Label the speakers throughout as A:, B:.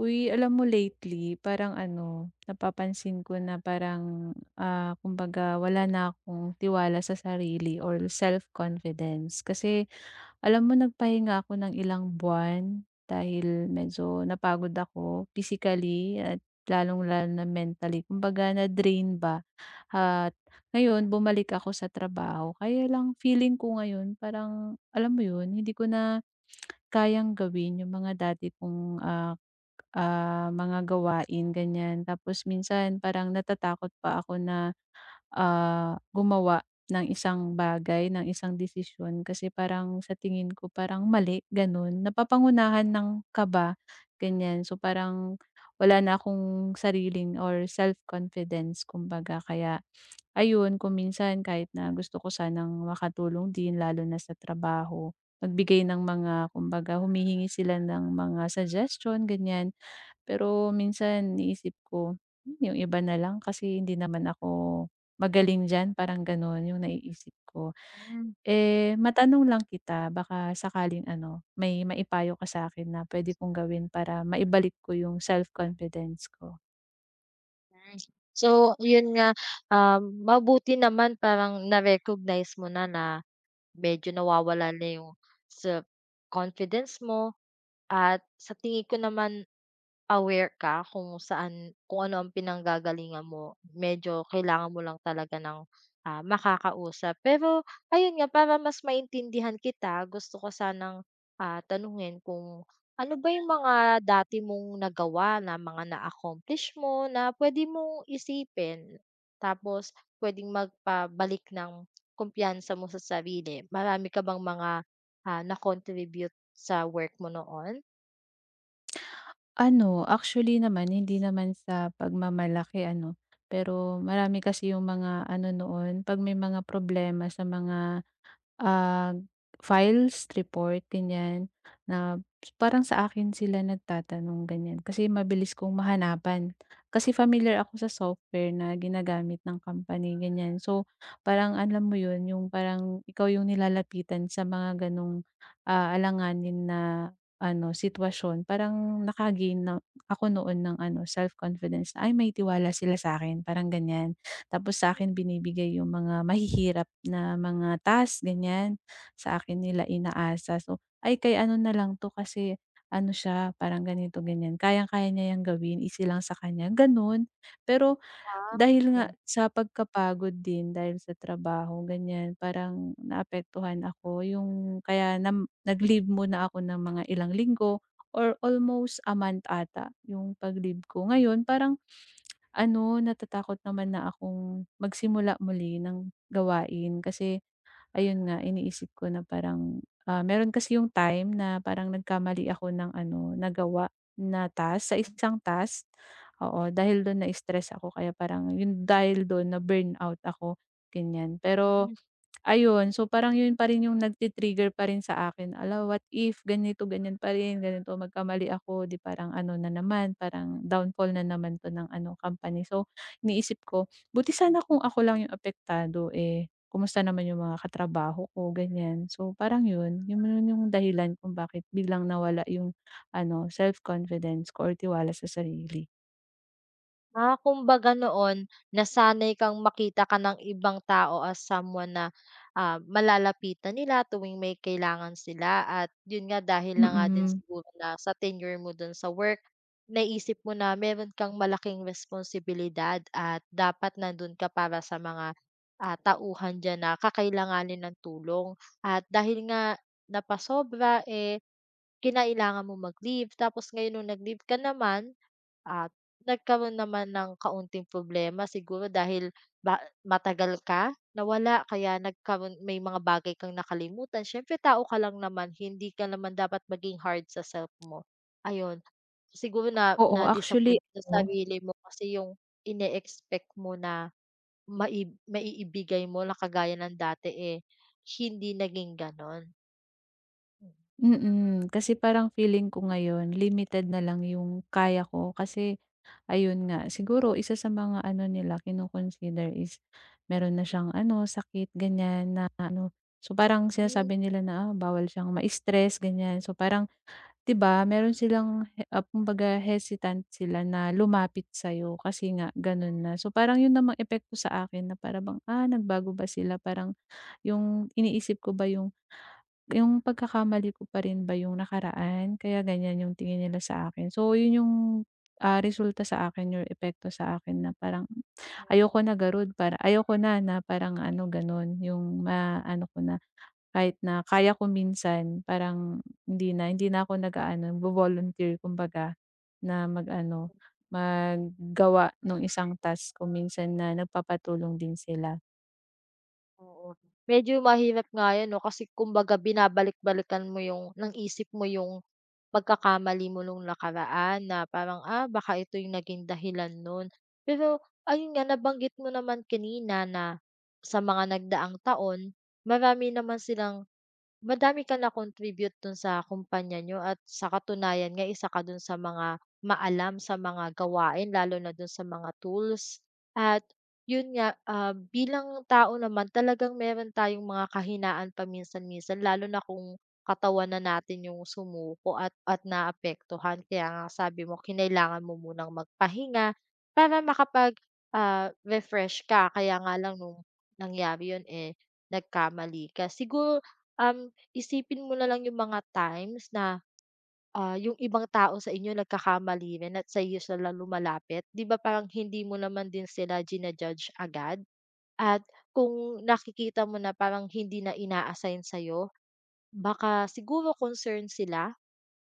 A: Uy, alam mo lately parang ano, napapansin ko na parang, kumbaga wala na akong tiwala sa sarili or self-confidence. Kasi alam mo nagpahinga ako ng ilang buwan dahil medyo napagod ako physically at lalong-lalo na mentally. Kumbaga na-drain ba at ngayon bumalik ako sa trabaho. Kaya lang feeling ko ngayon parang, alam mo yun, hindi ko na kayang gawin yung mga dati kong, mga gawain ganyan. Tapos minsan parang natatakot pa ako na, gumawa ng isang bagay, ng isang desisyon kasi parang sa tingin ko parang mali, gano'n. Napapangunahan ng kaba, ganyan. So parang wala na akong sariling or self-confidence kumbaga. Kaya ayun, kung minsan kahit na gusto ko sanang makatulong din lalo na sa trabaho, magbigay ng mga kumbaga humihingi sila ng mga suggestion, ganyan. Pero minsan iniisip ko, yung iba na lang kasi hindi naman ako magaling diyan, parang gano'n yung naiisip ko.
B: Mhm.
A: Eh, matanong lang kita baka sakaling ano, may maipayo ka sa'kin na puwede kong gawin para maibalik ko yung self-confidence ko.
B: So, yun nga, mabuti naman parang na-recognize mo na na medyo nawawala na yung sa confidence mo. At sa tingin ko naman, aware ka kung saan kung ano ang pinanggagalingan mo. Medyo kailangan mo lang talaga ng, makakausap. Pero ayun nga, para mas maintindihan kita, gusto ko sanang, tanungin kung ano ba yung mga dati mong nagawa na mga na-accomplish mo na puwede mong isipin, tapos puwedeng magpabalik ng kumpiyansa mo sa sarili. Marami ka bang mga, na-contribute sa work mo noon?
A: Ano, actually naman hindi naman sa pagmamalaki ano, pero marami kasi yung mga ano noon 'pag may mga problema sa mga Ah, files, report, ganyan na parang sa akin sila nagtatanong ganyan kasi mabilis kong mahanapan. Kasi familiar ako sa software na ginagamit ng company ganyan. So, parang alam mo 'yun, yung parang ikaw yung nilalapitan sa mga ganong, alanganin na ano sitwasyon. Parang naka na ako noon ng ano self-confidence, na, "Ay may tiwala sila sa akin parang ganyan. Tapos sa akin binibigay yung mga mahihirap na mga task ganyan, sa akin nila inaasa. So, "Ay kay ano na lang 'to kasi ano siya parang ganito ganyan, kayang-kaya niya yang gawin, easy lang sa kanya." Gano'n. Pero
B: Ah,
A: dahil nga
B: okay.
A: sa pagkapagod din dahil sa trabaho ganyan, parang naapektuhan ako yung kaya nag-leave muna ako ng mga ilang linggo or almost a month ata yung pag-leave ko. Ngayon parang ano, natatakot naman na akong magsimula muli ng gawain kasi ayun nga iniisip ko na parang, meron kasi yung time na parang nagkamali ako ng ano, nagawa na task sa isang task. Oo, dahil dun na-stress ako kaya parang yun dahil dun na-burnout ako, ganyan. Pero ayun, so parang yun pa rin yung nagti-trigger pa rin sa akin, "Hala, what if ganito, ganyan pa rin, ganito magkamali ako, 'di parang ano na naman, parang downfall na naman 'to ng ano, company." So, iniisip ko, buti sana kung ako lang yung apektado, eh, kumusta naman yung mga katrabaho ko, ganyan. So, parang yun, yun yung dahilan kung bakit biglang nawala yung ano, self-confidence ko or tiwala sa sarili.
B: Ah, kumbaga noon nasanay kang makita ka ng ibang tao as someone na, malalapitan nila tuwing may kailangan sila, at yun nga dahil na nga din
A: Mm,
B: siguro na sa tenure mo dun sa work, naisip mo na meron kang malaking responsibilidad at dapat nandun ka para sa mga, tauhan diyan na kakailanganin ng tulong. At dahil nga napasobra, eh, kinailangan mong mag-leave. Tapos ngayon nung nag-leave ka naman, at nagkaroon naman ng kaunting problema siguro dahil ba matagal ka nawala, kaya nagkaroon may mga bagay kang nakalimutan. Siyempre tao ka lang naman, hindi ka naman dapat maging hard sa self mo. Ayun, siguro na
A: oo, actually
B: na-disappoint ka sa
A: ano.
B: sarili mo kasi yung ine-expect mo na maiibigay mo na kagaya ng dati, eh, hindi naging gano'n.
A: Kasi parang feeling ko ngayon limited na lang yung kaya ko kasi ayun nga, siguro isa sa mga ano nila kino-consider is meron na siyang ano, sakit ganyan na ano. So, parang
B: Hmm.
A: sinasabi nila na, bawal siyang ma-stress ganyan. So, parang 'di ba meron silang kumbaga hesitant sila na lumapit sa'yo kasi nga gano'n na. So, parang yun namang epekto sa akin na parang bang, nagbago ba sila parang yung iniisip ko ba yung pagkakamali ko pa rin ba yung nakaraan kaya ganyan yung tingin nila sa akin. So yun yung, resulta sa akin yung epekto sa akin na parang ayoko na garud para ayoko na na parang ano ganun yung maano ko na kahit na kaya ko minsan parang hindi na ako nagvo-volunteer kumbaga na maggawa ng isang task kung minsan na nagpapatulong din sila.
B: Oo, medyo mahirap nga 'yan 'no, kasi kumbaga binabalik-balikan mo yung ng isip mo yung pagkakamali mo nung nakaraan na parang, ah, baka ito yung naging dahilan nun. Pero ayun nga, nabanggit mo naman kanina na sa mga nagdaang taon, marami naman silang— Madami ka na-contribute dun sa kumpanya niyo, at sa katunayan nga isa ka dun sa mga maalam sa mga gawain lalo na dun sa mga tools. At yun nga, ah, bilang tao naman talagang meron tayong mga kahinaan paminsan-minsan lalo na kung katawan na natin yung sumuko at naapektuhan. Kaya nga sabi mo kinailangan mo munang magpahinga para makapag-, refresh ka. Kaya nga lang nung nangyari yun, eh, nagkamali ka. Siguro, um isipin mo na lang yung mga times na, ah, yung ibang tao sa inyo nagkakamali rin at sa'yo sila lumalapit. 'Di ba parang hindi mo naman din sila jina-judge agad? At kung nakikita mo na parang hindi na ina-assign sa'yo, baka siguro concerned sila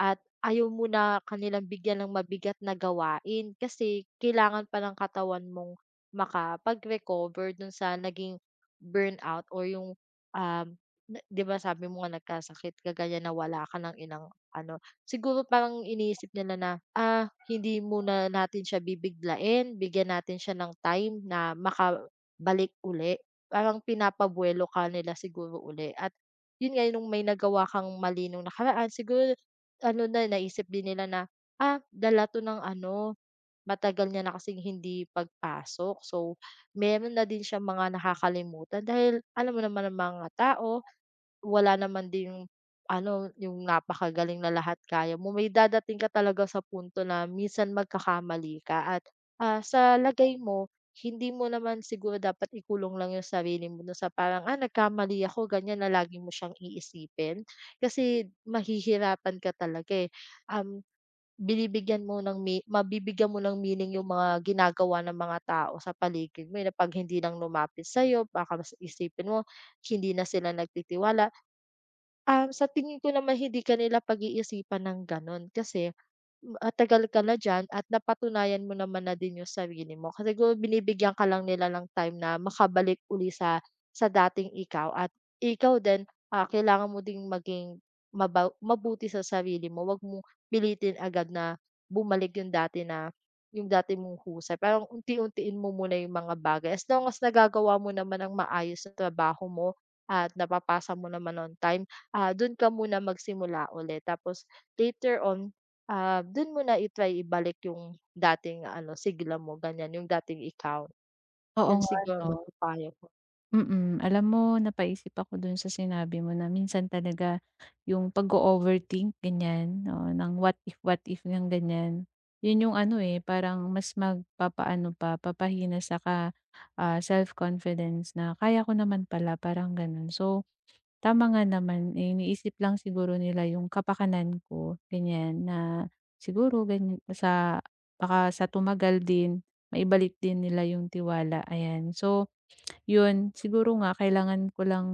B: at ayaw mo na kanilang bigyan ng mabigat na gawain kasi kailangan pa ng katawan mong makapag-recover dun sa naging burnout or yung, um, na 'di ba sabi mo nga nagkasakit ka ganyan na wala ka ng ilang ano, siguro parang iniisip nila na, ah, hindi muna natin siya bibiglain, bigyan natin siya ng time na makabalik uli. Parang pinapabuelo ka nila siguro uli, at yun nga nung may nagawa kang mali nung nakaraan siguro ano na naisip din nila na, ah, dala 'to ng ano, matagal niya na kasing hindi pagpasok, so meron na din siya mga nakakalimutan dahil alam mo naman ang mga tao wala naman din yung ano, yung napakagaling na lahat kaya mo. May dadating ka talaga sa punto na minsan magkakamali ka, at, ah, sa lagay mo, hindi mo naman siguro dapat ikulong lang yung sarili mo na sa parang, "Ah, nagkamali ako," ganyan na lagi mo siyang iisipin. Kasi mahihirapan ka talaga, eh. Um, binibigyan mo ng me mabibigyan mo ng meaning yung mga ginagawa ng mga tao sa paligid mo, eh, na 'pag hindi lang lumapit sa'yo baka mas isipin mo, hindi na sila nagtitiwala. Um, sa tingin ko naman hindi kanila pag-iisipan ng gano'n kasi, ah, tagal ka na diyan at napatunayan mo naman na din yung sarili mo. Kasi siguro binibigyan ka lang nila ng time na makabalik uli sa dating ikaw, at ikaw din, ah, kailangan mo ding maging mabuti sa sarili mo. Huwag mo pilitin agad na bumalik yung dati na yung dati mong husay. Parang unti-untiin mo muna yung mga bagay. As long as nagagawa mo naman ang maayos sa trabaho mo at napapasa mo naman on time, ah, dun ka muna magsimula ulit. Tapos later on, ah, dun mo na i-try ibalik yung dating ano, sigla mo ganyan, yung dating ikaw.
A: Oo
B: Yun
A: nga
B: siguro
A: 'no.
B: mapapayo ko.
A: Mm. Alam mo napaisip ako dun sa sinabi mo na minsan talaga yung pag overthink ganyan, oo, ng what if ng ganyan. Yun yung ano, eh, parang mas magpapaano pa, papahina saka, self-confidence na kaya ko naman pala parang ganun. So, tama nga naman, eh, iniisip lang siguro nila yung kapakanan ko ganyan na siguro ganyan sa baka sa tumagal din maibalik din nila yung tiwala, ayan. So yun, siguro nga kailangan ko lang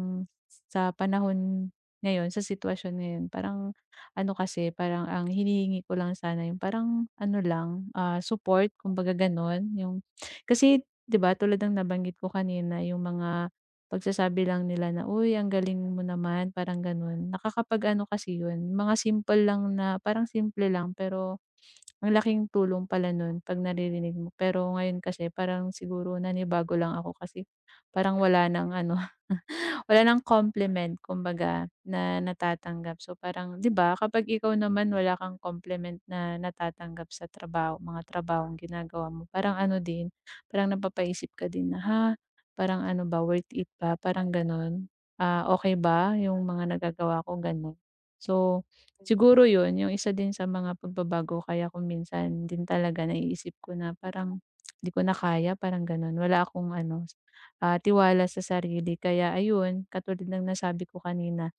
A: sa panahon ngayon, sa sitwasyon ngayon, parang ano kasi, parang ang hinihingi ko lang sana yung parang ano lang, support kumbaga gano'n. Yung kasi 'di ba tulad ng nabanggit ko kanina yung mga pagsasabi lang nila na, "Uy, ang galing mo naman." Parang gano'n. Nakakapag-ano kasi yun, mga simple lang na parang simple lang pero ang laking tulong pala nun 'pag naririnig mo. Pero ngayon kasi parang siguro nanibago lang ako kasi parang wala ng ano wala ng compliment kumbaga na natatanggap. So parang 'di ba kapag ikaw naman wala kang compliment na natatanggap sa trabaho mga trabahong ginagawa mo, parang ano din, parang napapaisip ka din na, "Ha, parang ano ba, worth it ba?" Parang gano'n. Ah, okay ba yung mga nagagawa ko, gano'n. So, siguro yun yung isa din sa mga pagbabago kaya kung minsan din talaga naiisip ko na parang, "Di ko na kaya." Parang gano'n. Wala akong ano tiwala sa sarili. Kaya ayun, katulad ng nasabi ko kanina,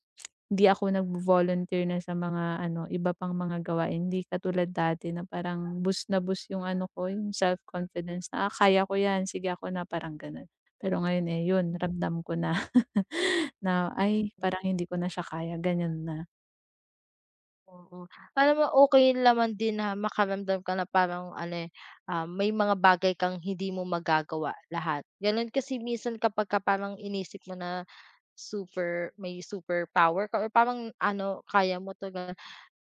A: hindi ako nagvo-volunteer na sa mga ano, iba pang mga gawain. Hindi katulad dati na parang boost na boost yung ano ko, yung self-confidence na, "Ah, kaya ko 'yan, sige ako na," parang gano'n. Pero ngayon, eh, yun ramdam ko na na,
B: Mm,
A: "Ay, parang hindi ko na siya kaya," ganyan na.
B: oo. Alam mo okay naman din na makaramdam ka na parang ano, eh, ah, may mga bagay kang hindi mo magagawa lahat. Ganun kasi minsan kapagka parang inisip mo na may superpower ka or parang ano, kaya mo 'to,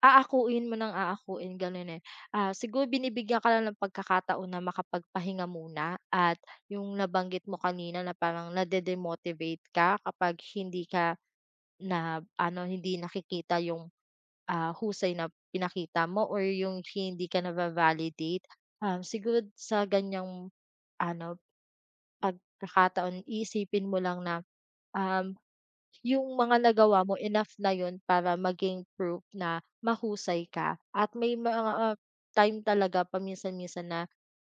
B: aakuin mo ng aakuin gano'n, eh. Ah, siguro binibigyan ka lang ng pagkakataon na makapagpahinga muna, at yung nabanggit mo kanina na parang nade-demotivate ka kapag hindi ka hindi nakikita yung, ah, husay na pinakita mo or yung hindi ka nava-validate. Um, siguro sa ganiyang ano, pagkakataon iisipin mo lang na, um yung mga nagawa mo enough na yun para maging proof na mahusay ka, at may mga, time talaga paminsan-minsan na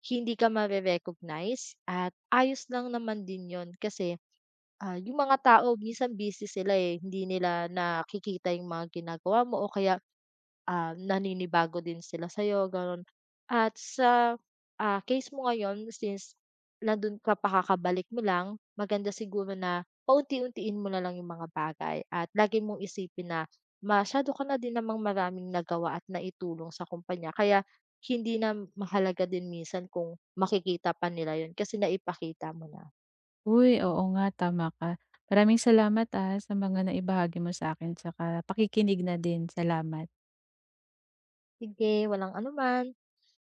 B: hindi ka mare-recognize, at ayos lang naman din yun kasi, ah, yung mga tao minsan busy sila, eh, hindi nila nakikita yung mga ginagawa mo, o kaya ah, naninibago din sila sa'yo gano'n. At sa, ah, case mo ngayon since nando'n ka pa kakabalik mo lang, maganda siguro na paunti-untiin mo na lang yung mga bagay, at lagi mong isipin na masyado ka na din namang maraming nagawa at naitulong sa kumpanya, kaya hindi na mahalaga din minsan kung makikita pa nila yun kasi naipakita mo na.
A: Uy, oo nga, tama ka. Maraming salamat, sa mga naibahagi mo sa'kin tsaka pakikinig na din. Salamat.
B: Sige, walang anuman.